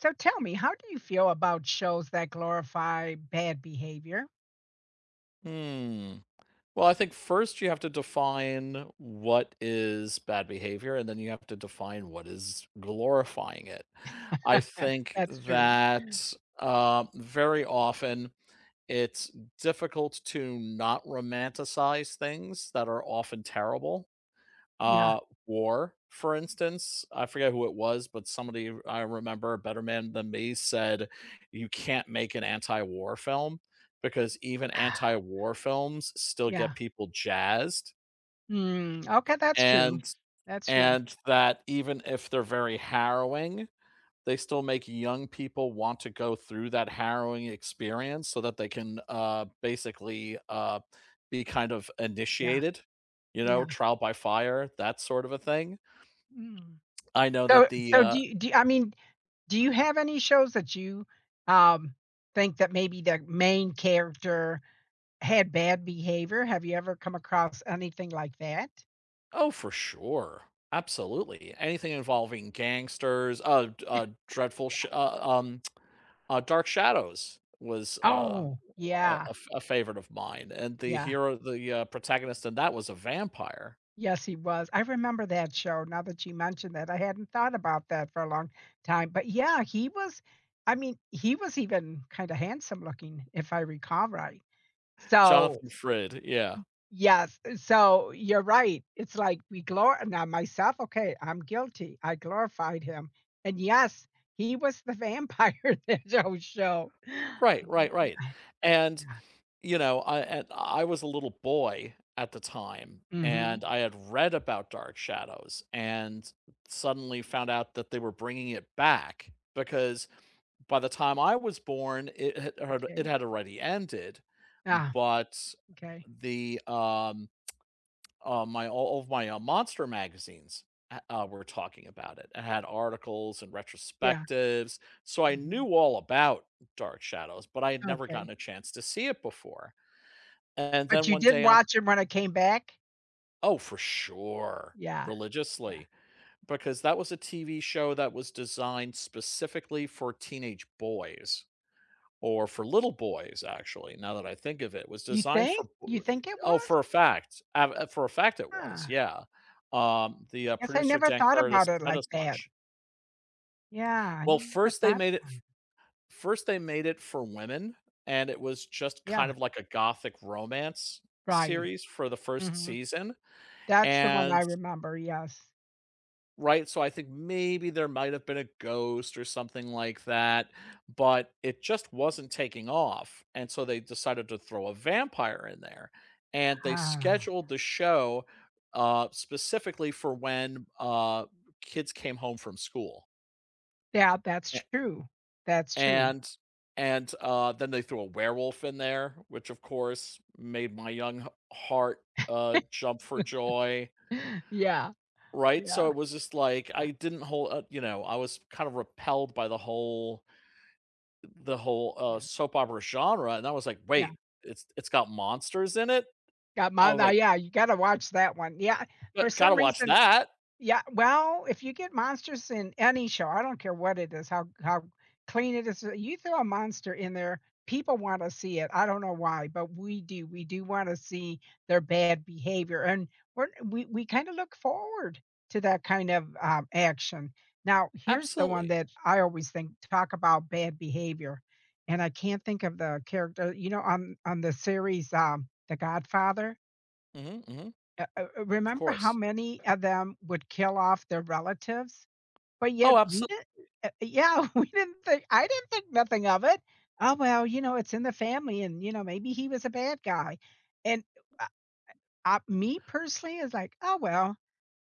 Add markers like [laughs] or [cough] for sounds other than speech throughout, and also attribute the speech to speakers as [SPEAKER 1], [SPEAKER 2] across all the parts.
[SPEAKER 1] So tell me, how do you feel about shows that glorify bad behavior?
[SPEAKER 2] Hmm. Well, I think first you have to define what is bad behavior, and then you have to define what is glorifying it. I
[SPEAKER 1] [laughs]
[SPEAKER 2] think
[SPEAKER 1] That's true.
[SPEAKER 2] that very often it's difficult to not romanticize things that are often terrible.
[SPEAKER 1] Yeah.
[SPEAKER 2] Uh, War, for instance, I forget who it was, but somebody I remember, a better man than me, said, "You can't make an anti-war film because even anti-war films still get
[SPEAKER 1] Yeah.
[SPEAKER 2] people jazzed,
[SPEAKER 1] Mm, okay, that's true.
[SPEAKER 2] and
[SPEAKER 1] That's true.
[SPEAKER 2] and that even if they're very harrowing, they still make young people want to go through that harrowing experience so that they can, basically, be kind of
[SPEAKER 1] Yeah.
[SPEAKER 2] initiated, you know,
[SPEAKER 1] Yeah.
[SPEAKER 2] trial by fire, that sort of a thing."
[SPEAKER 1] Mm.
[SPEAKER 2] I know that
[SPEAKER 1] So
[SPEAKER 2] the,
[SPEAKER 1] so
[SPEAKER 2] uh
[SPEAKER 1] do you do you have any shows that you, um, think that maybe the main character had bad behavior? Have you ever come across anything like that?
[SPEAKER 2] Oh, for sure. Absolutely. Anything involving gangsters, d Dreadful
[SPEAKER 1] Yeah.
[SPEAKER 2] Sh Dark Shadows was,
[SPEAKER 1] Oh,
[SPEAKER 2] a a
[SPEAKER 1] yeah.
[SPEAKER 2] f a favorite of mine, and the
[SPEAKER 1] Yeah.
[SPEAKER 2] hero the, uh, protagonist in that was a vampire.
[SPEAKER 1] Yes, he was. I remember that show now that you mentioned that. I hadn't thought about that for a long time. But yeah, he was I mean, he was even kind of handsome looking, if I recall right. So,
[SPEAKER 2] Jonathan Frid, yeah.
[SPEAKER 1] yes, so you're right. It's like we glor now myself, okay, I'm guilty. I glorified him. And yes, he was the vampire [laughs] in that whole show.
[SPEAKER 2] Right,
[SPEAKER 1] Oh my
[SPEAKER 2] right, right,
[SPEAKER 1] god. [sighs]
[SPEAKER 2] and,
[SPEAKER 1] Yeah.
[SPEAKER 2] you know, I was a little boy at the time,
[SPEAKER 1] Mhm.
[SPEAKER 2] and I had read about Dark Shadows and suddenly found out that they were bringing it back because by the time I was born, it
[SPEAKER 1] Okay.
[SPEAKER 2] had already ended,
[SPEAKER 1] Ah,
[SPEAKER 2] but
[SPEAKER 1] okay.
[SPEAKER 2] the, my all of my, monster magazines, were talking about it and had articles and
[SPEAKER 1] Yeah.
[SPEAKER 2] retrospectives, so I knew
[SPEAKER 1] Mhm.
[SPEAKER 2] all about Dark Shadows, but I had never gotten
[SPEAKER 1] Okay.
[SPEAKER 2] a chance to see it before, and then
[SPEAKER 1] But you
[SPEAKER 2] one
[SPEAKER 1] did
[SPEAKER 2] day on.
[SPEAKER 1] watch it when I came back?
[SPEAKER 2] Oh, for sure,
[SPEAKER 1] Yeah, yeah.
[SPEAKER 2] religiously, because that was a TV show that was designed specifically for teenage boys, or for little boys, actually, now that I think of it, was
[SPEAKER 1] You
[SPEAKER 2] designed
[SPEAKER 1] think?
[SPEAKER 2] for b
[SPEAKER 1] You think it
[SPEAKER 2] oh,
[SPEAKER 1] was?
[SPEAKER 2] for a fact. Ab For a fact it was,
[SPEAKER 1] Huh.
[SPEAKER 2] yeah. The,
[SPEAKER 1] Guess I
[SPEAKER 2] producer,
[SPEAKER 1] never
[SPEAKER 2] Dan
[SPEAKER 1] thought about
[SPEAKER 2] Curtis,
[SPEAKER 1] it
[SPEAKER 2] said
[SPEAKER 1] like
[SPEAKER 2] as
[SPEAKER 1] that.
[SPEAKER 2] much.
[SPEAKER 1] Yeah, I
[SPEAKER 2] Well,
[SPEAKER 1] never
[SPEAKER 2] first they
[SPEAKER 1] thought
[SPEAKER 2] made it
[SPEAKER 1] about it.
[SPEAKER 2] first they made it for women, and it was just
[SPEAKER 1] Yeah,
[SPEAKER 2] kind of like a gothic romance
[SPEAKER 1] right.
[SPEAKER 2] series for the first
[SPEAKER 1] Mhm.
[SPEAKER 2] season,
[SPEAKER 1] That's the one I
[SPEAKER 2] and
[SPEAKER 1] remember, yes.
[SPEAKER 2] right? So I think maybe there might have been a ghost or something like that, but it just wasn't taking off, and so they decided to throw a vampire in there, and they
[SPEAKER 1] Ah.
[SPEAKER 2] scheduled the show, specifically for when, kids came home from school,
[SPEAKER 1] Yeah, that's
[SPEAKER 2] a
[SPEAKER 1] true. That's true.
[SPEAKER 2] and and, then they threw a werewolf in there, which, of course, made my young h heart, jump for
[SPEAKER 1] [laughs]
[SPEAKER 2] joy.
[SPEAKER 1] Yeah,
[SPEAKER 2] Right? So
[SPEAKER 1] yeah,
[SPEAKER 2] it was just like
[SPEAKER 1] yeah,
[SPEAKER 2] I didn't hold you know, I was kind of repelled by the whole,
[SPEAKER 1] yeah,
[SPEAKER 2] soap opera genre, and I was like,
[SPEAKER 1] yeah.
[SPEAKER 2] "Wait, it's got monsters in it?"
[SPEAKER 1] Got
[SPEAKER 2] I
[SPEAKER 1] my
[SPEAKER 2] was like,
[SPEAKER 1] yeah, you gotta watch that one. Yeah, for
[SPEAKER 2] "But gotta
[SPEAKER 1] some
[SPEAKER 2] watch
[SPEAKER 1] reason.
[SPEAKER 2] that."
[SPEAKER 1] Yeah, well, if you get monsters in any show, I don't care what it is, how clean it is, you throw a monster in there, people wanna see it, I don't know why, but we do wanna see their bad behavior, and we kinda look forward to that kind of, action. Now, here's the one
[SPEAKER 2] Absolutely.
[SPEAKER 1] that I always think talk about bad behavior, and I can't think of the character, you know, on the series, The Godfather?
[SPEAKER 2] Mhm, mhm, of
[SPEAKER 1] Remember how
[SPEAKER 2] course.
[SPEAKER 1] many of them would kill off their relatives? But yet
[SPEAKER 2] Oh,
[SPEAKER 1] we
[SPEAKER 2] absolutely.
[SPEAKER 1] didn't yeah, [laughs] we didn't think I didn't think nothing of it. Oh, well, you know, it's in the family and, you know, maybe he was a bad guy. And uh, me personally is like, "Oh, well,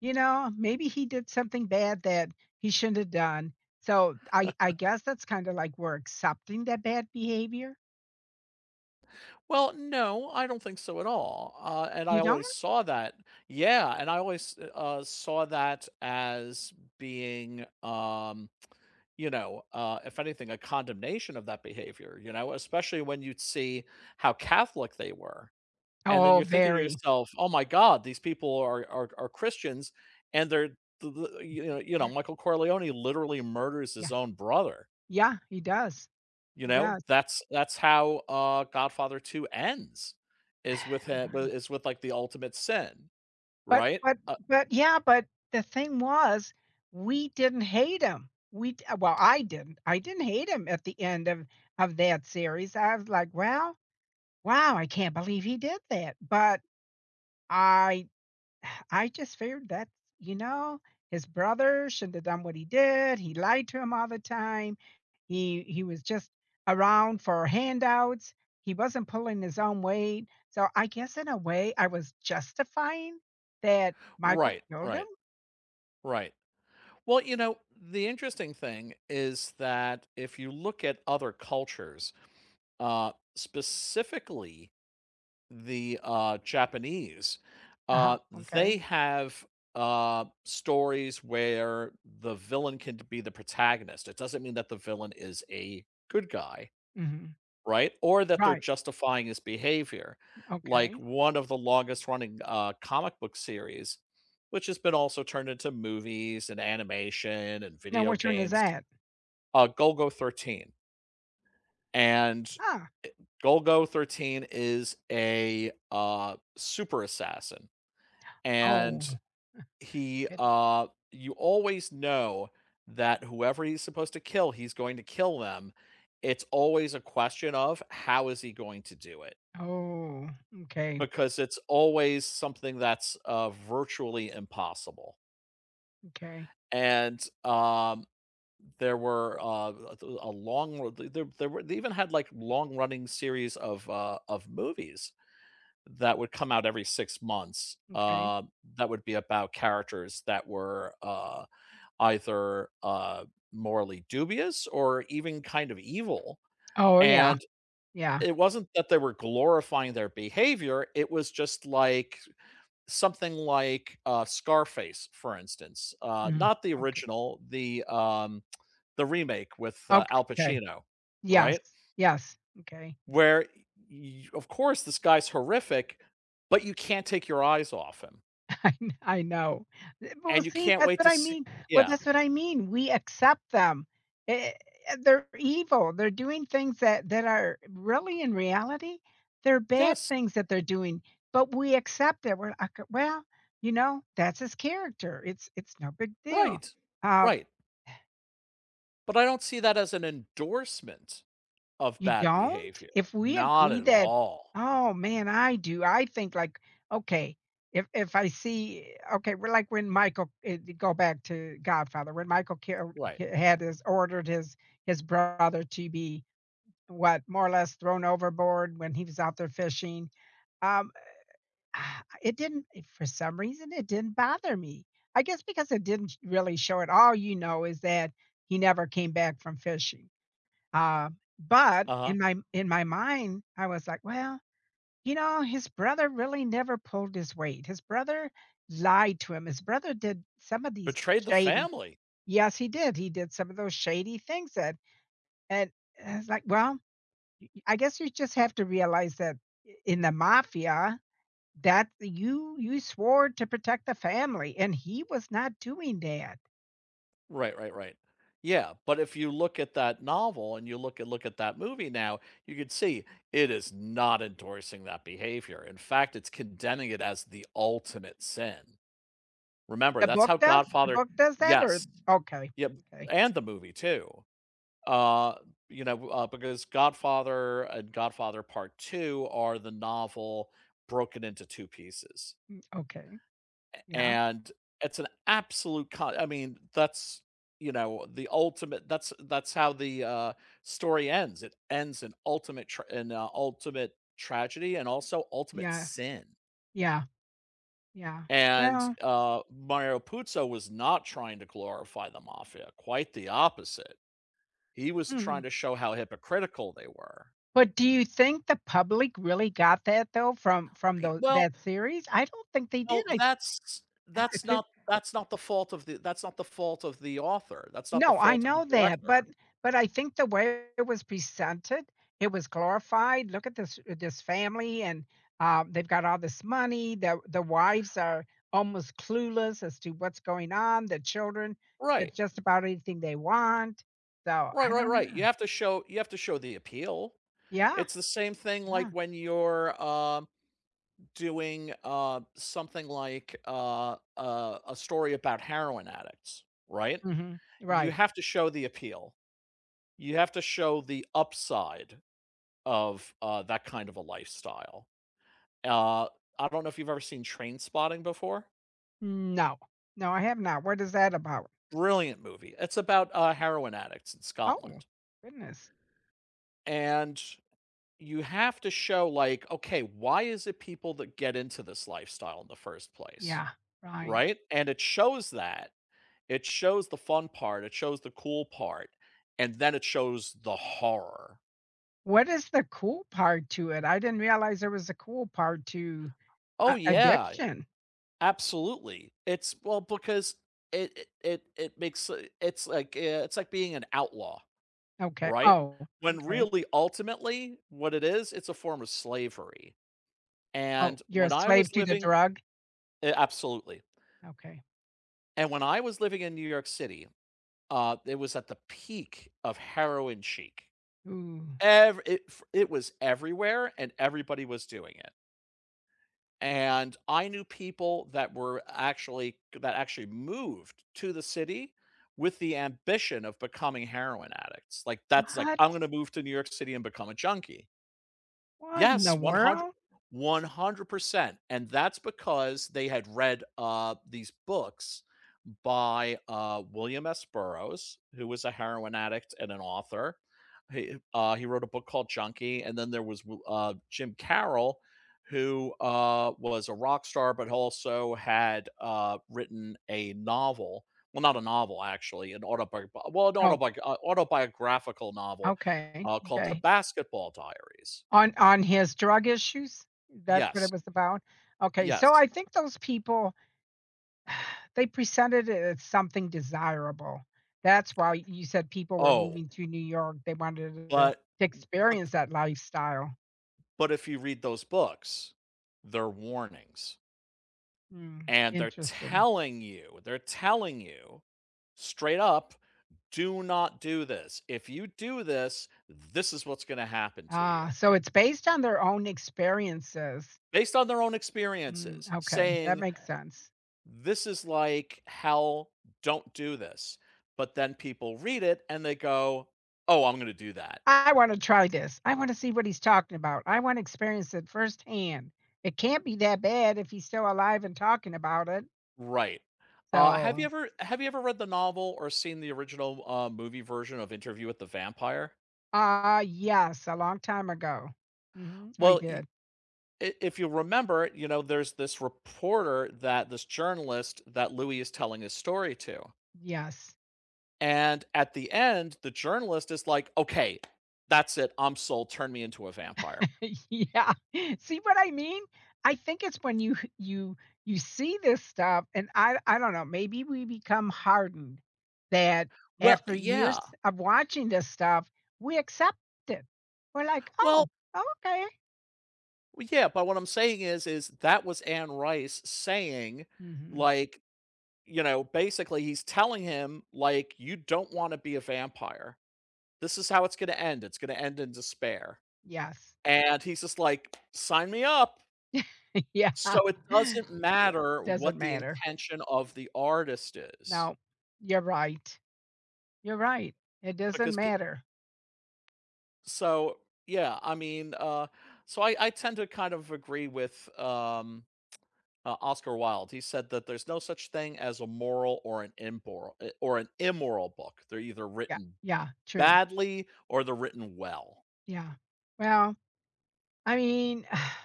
[SPEAKER 1] you know, maybe he did something bad that he shouldn't have done." So I guess that's kind of like we're accepting that bad behavior.
[SPEAKER 2] Well, no, I don't think so at all, and I
[SPEAKER 1] You don't?
[SPEAKER 2] always saw that yeah, and I always, saw that as being, you know, if anything, a condemnation of that behavior, you know, especially when you see how Catholic they were. And then
[SPEAKER 1] Oh,
[SPEAKER 2] you're thinking to
[SPEAKER 1] very.
[SPEAKER 2] yourself, oh my God, these people are Christians and you know, Michael Corleone literally murders his
[SPEAKER 1] Yeah.
[SPEAKER 2] own brother.
[SPEAKER 1] Yeah, he does.
[SPEAKER 2] You
[SPEAKER 1] He
[SPEAKER 2] know,
[SPEAKER 1] does.
[SPEAKER 2] that's how Godfather 2 ends is with him
[SPEAKER 1] Right.
[SPEAKER 2] is with like the ultimate sin,
[SPEAKER 1] But
[SPEAKER 2] right?
[SPEAKER 1] but
[SPEAKER 2] Uh,
[SPEAKER 1] but yeah, but the thing was, we didn't hate him. We d well, I didn't. I didn't hate him at the end of that series. I was like, "Well, wow, I can't believe he did that." But I I just figured that, you know, his brother shouldn't have done what he did. He lied to him all the time. He was just around for handouts. He wasn't pulling his own weight. So I guess in a way I was justifying that Michael
[SPEAKER 2] right,
[SPEAKER 1] killed him.
[SPEAKER 2] right, right. Well, you know, the interesting thing is that if you look at other cultures, specifically the Japanese,
[SPEAKER 1] Uh-huh.
[SPEAKER 2] uh,
[SPEAKER 1] Okay.
[SPEAKER 2] they have stories where the villain can be the protagonist. It doesn't mean that the villain is a good guy,
[SPEAKER 1] Hmm.
[SPEAKER 2] right? Or that they're
[SPEAKER 1] Right.
[SPEAKER 2] justifying his behavior. Like,
[SPEAKER 1] Okay.
[SPEAKER 2] one of the longest running, comic book series, which has been also turned into movies and animation and
[SPEAKER 1] Now
[SPEAKER 2] video
[SPEAKER 1] which one is
[SPEAKER 2] games,
[SPEAKER 1] that?
[SPEAKER 2] Golgo 13, and
[SPEAKER 1] Huh.
[SPEAKER 2] Golgo 13 is a, super assassin,
[SPEAKER 1] Oh.
[SPEAKER 2] and he,
[SPEAKER 1] It,
[SPEAKER 2] uh you always know that whoever he's supposed to kill, he's going to kill them. It's always a question of how is he going to do it?
[SPEAKER 1] oh. Okay.
[SPEAKER 2] Because it's always something that's, virtually impossible,
[SPEAKER 1] Okay.
[SPEAKER 2] and, there were, uh, th a long there were they even had, like, long-running series of movies that would come out every 6 months,
[SPEAKER 1] Okay.
[SPEAKER 2] that would be about characters that were, either, uh, morally dubious or even kind of evil,
[SPEAKER 1] Oh yeah.
[SPEAKER 2] and
[SPEAKER 1] Yeah.
[SPEAKER 2] it wasn't that they were glorifying their behavior, it was just like something like Scarface, for instance,
[SPEAKER 1] Mhm.
[SPEAKER 2] not the
[SPEAKER 1] Okay.
[SPEAKER 2] original, the remake with Al
[SPEAKER 1] Okay.
[SPEAKER 2] Pacino,
[SPEAKER 1] Yes,
[SPEAKER 2] right?
[SPEAKER 1] yes, okay,
[SPEAKER 2] Where, y of course, this guy's horrific, but you can't take your eyes off him,
[SPEAKER 1] [laughs] I know. But well,
[SPEAKER 2] and you
[SPEAKER 1] see,
[SPEAKER 2] can't
[SPEAKER 1] that's
[SPEAKER 2] wait
[SPEAKER 1] what
[SPEAKER 2] to
[SPEAKER 1] I
[SPEAKER 2] see.
[SPEAKER 1] mean. Well,
[SPEAKER 2] Yeah.
[SPEAKER 1] that's what I mean, we accept them. Eh they're evil, they're doing things that are really, in reality, they're bad
[SPEAKER 2] Yes.
[SPEAKER 1] things that they're doing, but we accept it, we're like, "Well, you know, that's his character, it's no big deal."
[SPEAKER 2] Right.
[SPEAKER 1] Um
[SPEAKER 2] Right. But I don't see that as an endorsement of
[SPEAKER 1] You
[SPEAKER 2] bad
[SPEAKER 1] don't?
[SPEAKER 2] behavior.
[SPEAKER 1] If we
[SPEAKER 2] Not
[SPEAKER 1] agree
[SPEAKER 2] at
[SPEAKER 1] that
[SPEAKER 2] all.
[SPEAKER 1] oh, man, I do. I think like, okay, if I see okay, we're like when go back to Godfather, when Michael kill
[SPEAKER 2] Right.
[SPEAKER 1] had his ordered his brother to be, what, more or less thrown overboard when he was out there fishing. Um, [sighs] ah, it didn't eh, for some reason, it didn't bother me. I guess because it didn't really show it. All you know is that he never came back from fishing. But
[SPEAKER 2] Uh huh.
[SPEAKER 1] in my mind, I was like, "Well, you know, his brother really never pulled his weight. His brother lied to him. His brother did some of these
[SPEAKER 2] Betrayed the
[SPEAKER 1] shady."
[SPEAKER 2] family.
[SPEAKER 1] Yes, he did. He did some of those shady things that. and and it's like, "Well, I guess you just have to realize that I in the mafia, that you swore to protect the family, and he was not doing that."
[SPEAKER 2] Right, right, right. Yeah, but if you look at that novel and you look at that movie now, you could see it is not endorsing that behavior. In fact, it's condemning it as the ultimate sin. Remember,
[SPEAKER 1] The
[SPEAKER 2] that's
[SPEAKER 1] book
[SPEAKER 2] how
[SPEAKER 1] does? The
[SPEAKER 2] Godfather
[SPEAKER 1] book does that or.
[SPEAKER 2] yes.
[SPEAKER 1] Okay,
[SPEAKER 2] Yep,
[SPEAKER 1] okay,
[SPEAKER 2] and the movie too. Uh, you know, because Godfather and Godfather Part 2 are the novel broken into two pieces.
[SPEAKER 1] okay. Yeah,
[SPEAKER 2] And it's an absolute con I mean, that's, you know, the ultimate that's how the, story ends. It ends in ultimate tragedy and also ultimate
[SPEAKER 1] yeah,
[SPEAKER 2] sin.
[SPEAKER 1] yeah. Yeah.
[SPEAKER 2] And,
[SPEAKER 1] Yeah.
[SPEAKER 2] Mario Puzo was not trying to glorify the mafia, quite the opposite. He was trying
[SPEAKER 1] Mm.
[SPEAKER 2] to show how hypocritical they were.
[SPEAKER 1] But do you think the public really got that though from
[SPEAKER 2] E
[SPEAKER 1] those
[SPEAKER 2] well
[SPEAKER 1] that series? I don't think they
[SPEAKER 2] well,
[SPEAKER 1] did. I to
[SPEAKER 2] that's not the fault of the that's not the fault of the author. That's not the
[SPEAKER 1] No, I
[SPEAKER 2] fault of the
[SPEAKER 1] know that,
[SPEAKER 2] director.
[SPEAKER 1] but I think the way it was presented, it was glorified. Look at this family and, they've got all this money. The wives are almost clueless as to what's going on. The children get
[SPEAKER 2] Right.
[SPEAKER 1] just about anything they want. So,
[SPEAKER 2] Right,
[SPEAKER 1] I
[SPEAKER 2] right,
[SPEAKER 1] don't
[SPEAKER 2] right. You
[SPEAKER 1] know.
[SPEAKER 2] have to show you have to show the appeal.
[SPEAKER 1] Yeah.
[SPEAKER 2] It's the same thing like
[SPEAKER 1] Yeah.
[SPEAKER 2] when you're doing something like a story about heroin addicts, right?
[SPEAKER 1] Mhm.
[SPEAKER 2] You
[SPEAKER 1] Right.
[SPEAKER 2] have to show the appeal. You have to show the upside of that kind of a lifestyle. Uh, I don't know if you've ever seen Train Spotting before.
[SPEAKER 1] No. No, I have not. What is that about?
[SPEAKER 2] Brilliant movie. It's about heroin addicts in
[SPEAKER 1] Oh,
[SPEAKER 2] Scotland,
[SPEAKER 1] goodness.
[SPEAKER 2] and you have to show, like, okay, why is it people that get into this lifestyle in the first place,
[SPEAKER 1] Yeah, right.
[SPEAKER 2] right? And it shows that. It shows the fun part, it shows the cool part, and then it shows the horror.
[SPEAKER 1] What is the cool part to it? I didn't realize there was a cool part to
[SPEAKER 2] Oh
[SPEAKER 1] a
[SPEAKER 2] yeah,
[SPEAKER 1] addiction.
[SPEAKER 2] absolutely. It's well, because it makes it's like being an outlaw,
[SPEAKER 1] Okay.
[SPEAKER 2] right?
[SPEAKER 1] Oh,
[SPEAKER 2] When
[SPEAKER 1] okay.
[SPEAKER 2] really, ultimately, what it is, it's a form of slavery.
[SPEAKER 1] Oh,
[SPEAKER 2] And
[SPEAKER 1] you're a
[SPEAKER 2] when I
[SPEAKER 1] slave
[SPEAKER 2] was
[SPEAKER 1] to the
[SPEAKER 2] living
[SPEAKER 1] drug?
[SPEAKER 2] eh, absolutely.
[SPEAKER 1] Okay.
[SPEAKER 2] And when I was living in New York City, it was at the peak of heroin chic.
[SPEAKER 1] Ooh.
[SPEAKER 2] Every it f it was everywhere, and everybody was doing it. And I knew people that were actually that actually moved to the city with the ambition of becoming heroin addicts. Like, that's like,
[SPEAKER 1] What?
[SPEAKER 2] "I'm gonna move to New York City and become a junkie."
[SPEAKER 1] What in the
[SPEAKER 2] Yes,
[SPEAKER 1] world?
[SPEAKER 2] 100%, and that's because they had read, these books by, William S. Burroughs, who was a heroin addict and an author. He wrote a book called Junkie, and then there was w Jim Carroll, who, was a rock star, but also had, written a novel well, not a novel, actually, an autobi well, an
[SPEAKER 1] Oh,
[SPEAKER 2] autobi uh, autobiographical novel,
[SPEAKER 1] okay.
[SPEAKER 2] called The
[SPEAKER 1] Okay.
[SPEAKER 2] Basketball Diaries.
[SPEAKER 1] On his drug issues? That's what
[SPEAKER 2] Yes,
[SPEAKER 1] it was about? Okay, so
[SPEAKER 2] yes.
[SPEAKER 1] I think those people [sighs] they presented it as something desirable. That's why you said people were
[SPEAKER 2] Oh,
[SPEAKER 1] moving to New York. They wanted
[SPEAKER 2] but
[SPEAKER 1] to
[SPEAKER 2] but
[SPEAKER 1] experience that lifestyle.
[SPEAKER 2] but if you read those books, they're warnings,
[SPEAKER 1] Hmm,
[SPEAKER 2] and they're
[SPEAKER 1] interesting.
[SPEAKER 2] telling you they're telling you straight up, "Do not do this. If you do this, this is what's gonna happen to
[SPEAKER 1] Ah,
[SPEAKER 2] you."
[SPEAKER 1] so it's based on their own experiences.
[SPEAKER 2] Based on their own
[SPEAKER 1] Mm,
[SPEAKER 2] experiences,
[SPEAKER 1] okay, that
[SPEAKER 2] saying,
[SPEAKER 1] makes sense.
[SPEAKER 2] "This is like hell. Don't do this." But then people read it and they go, "Oh, I'm gonna do that."
[SPEAKER 1] I want to try this. I want to see what he's talking about. I want to experience it firsthand. It can't be that bad if he's still alive and talking about it.
[SPEAKER 2] Right. Uh, have
[SPEAKER 1] So,
[SPEAKER 2] you ever have you ever read the novel or seen the original, movie version of Interview with the Vampire?
[SPEAKER 1] uh, yes, a long time ago. Hmm, I
[SPEAKER 2] Well, y
[SPEAKER 1] did.
[SPEAKER 2] I if you remember, you know, there's this journalist that Louis is telling his story to,
[SPEAKER 1] Yes.
[SPEAKER 2] and at the end, the journalist is like, "Okay, that's it, I'm sold, turn me into a vampire."
[SPEAKER 1] [laughs] Yeah. See what I mean? I think it's when you see this stuff, and I don't know, maybe we become hardened that
[SPEAKER 2] Well
[SPEAKER 1] after years
[SPEAKER 2] yeah.
[SPEAKER 1] of watching this stuff, we accept it. We're like,
[SPEAKER 2] Well,
[SPEAKER 1] "Oh, okay."
[SPEAKER 2] yeah, but what I'm saying is that was Anne Rice saying,
[SPEAKER 1] Mhm.
[SPEAKER 2] like you know, basically he's telling him like you don't want to be a vampire. This is how it's going to end. It's going to end in despair.
[SPEAKER 1] Yes.
[SPEAKER 2] And he's just like sign me up.
[SPEAKER 1] [laughs] Yeah.
[SPEAKER 2] So it
[SPEAKER 1] Yeah.
[SPEAKER 2] doesn't matter
[SPEAKER 1] Doesn't
[SPEAKER 2] what the
[SPEAKER 1] matter.
[SPEAKER 2] intention of the artist is
[SPEAKER 1] No, you're right. You're right. It doesn't
[SPEAKER 2] because people,
[SPEAKER 1] matter.
[SPEAKER 2] so yeah, I mean, so I tend to kind of agree with Oscar Wilde. He said that there's no such thing as a moral or an immoral book. They're either
[SPEAKER 1] Yeah.
[SPEAKER 2] written
[SPEAKER 1] Yeah. True.
[SPEAKER 2] badly or they're written well.
[SPEAKER 1] Yeah. Well, I mean, [sighs]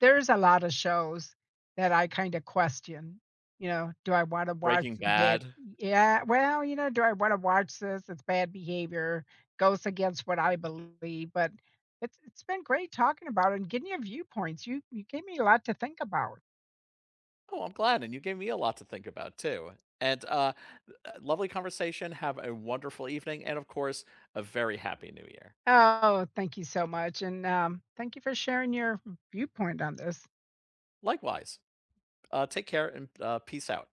[SPEAKER 1] there's a lot of shows that I kinda question, you know, do I wanna watch
[SPEAKER 2] Breaking
[SPEAKER 1] the bad.
[SPEAKER 2] Bad.
[SPEAKER 1] Yeah, well, you know, do I wanna watch this? It's bad behavior, goes against what I believe, but it's been great talking about it and getting your viewpoints. You gave me a lot to think about.
[SPEAKER 2] Oh, I'm glad, and you gave me a lot to think about too. And, lovely conversation, have a wonderful evening, and of course, a very happy New Year.
[SPEAKER 1] Oh, thank you so much, and, thank you for sharing your viewpoint on this.
[SPEAKER 2] Likewise, take care and, peace out.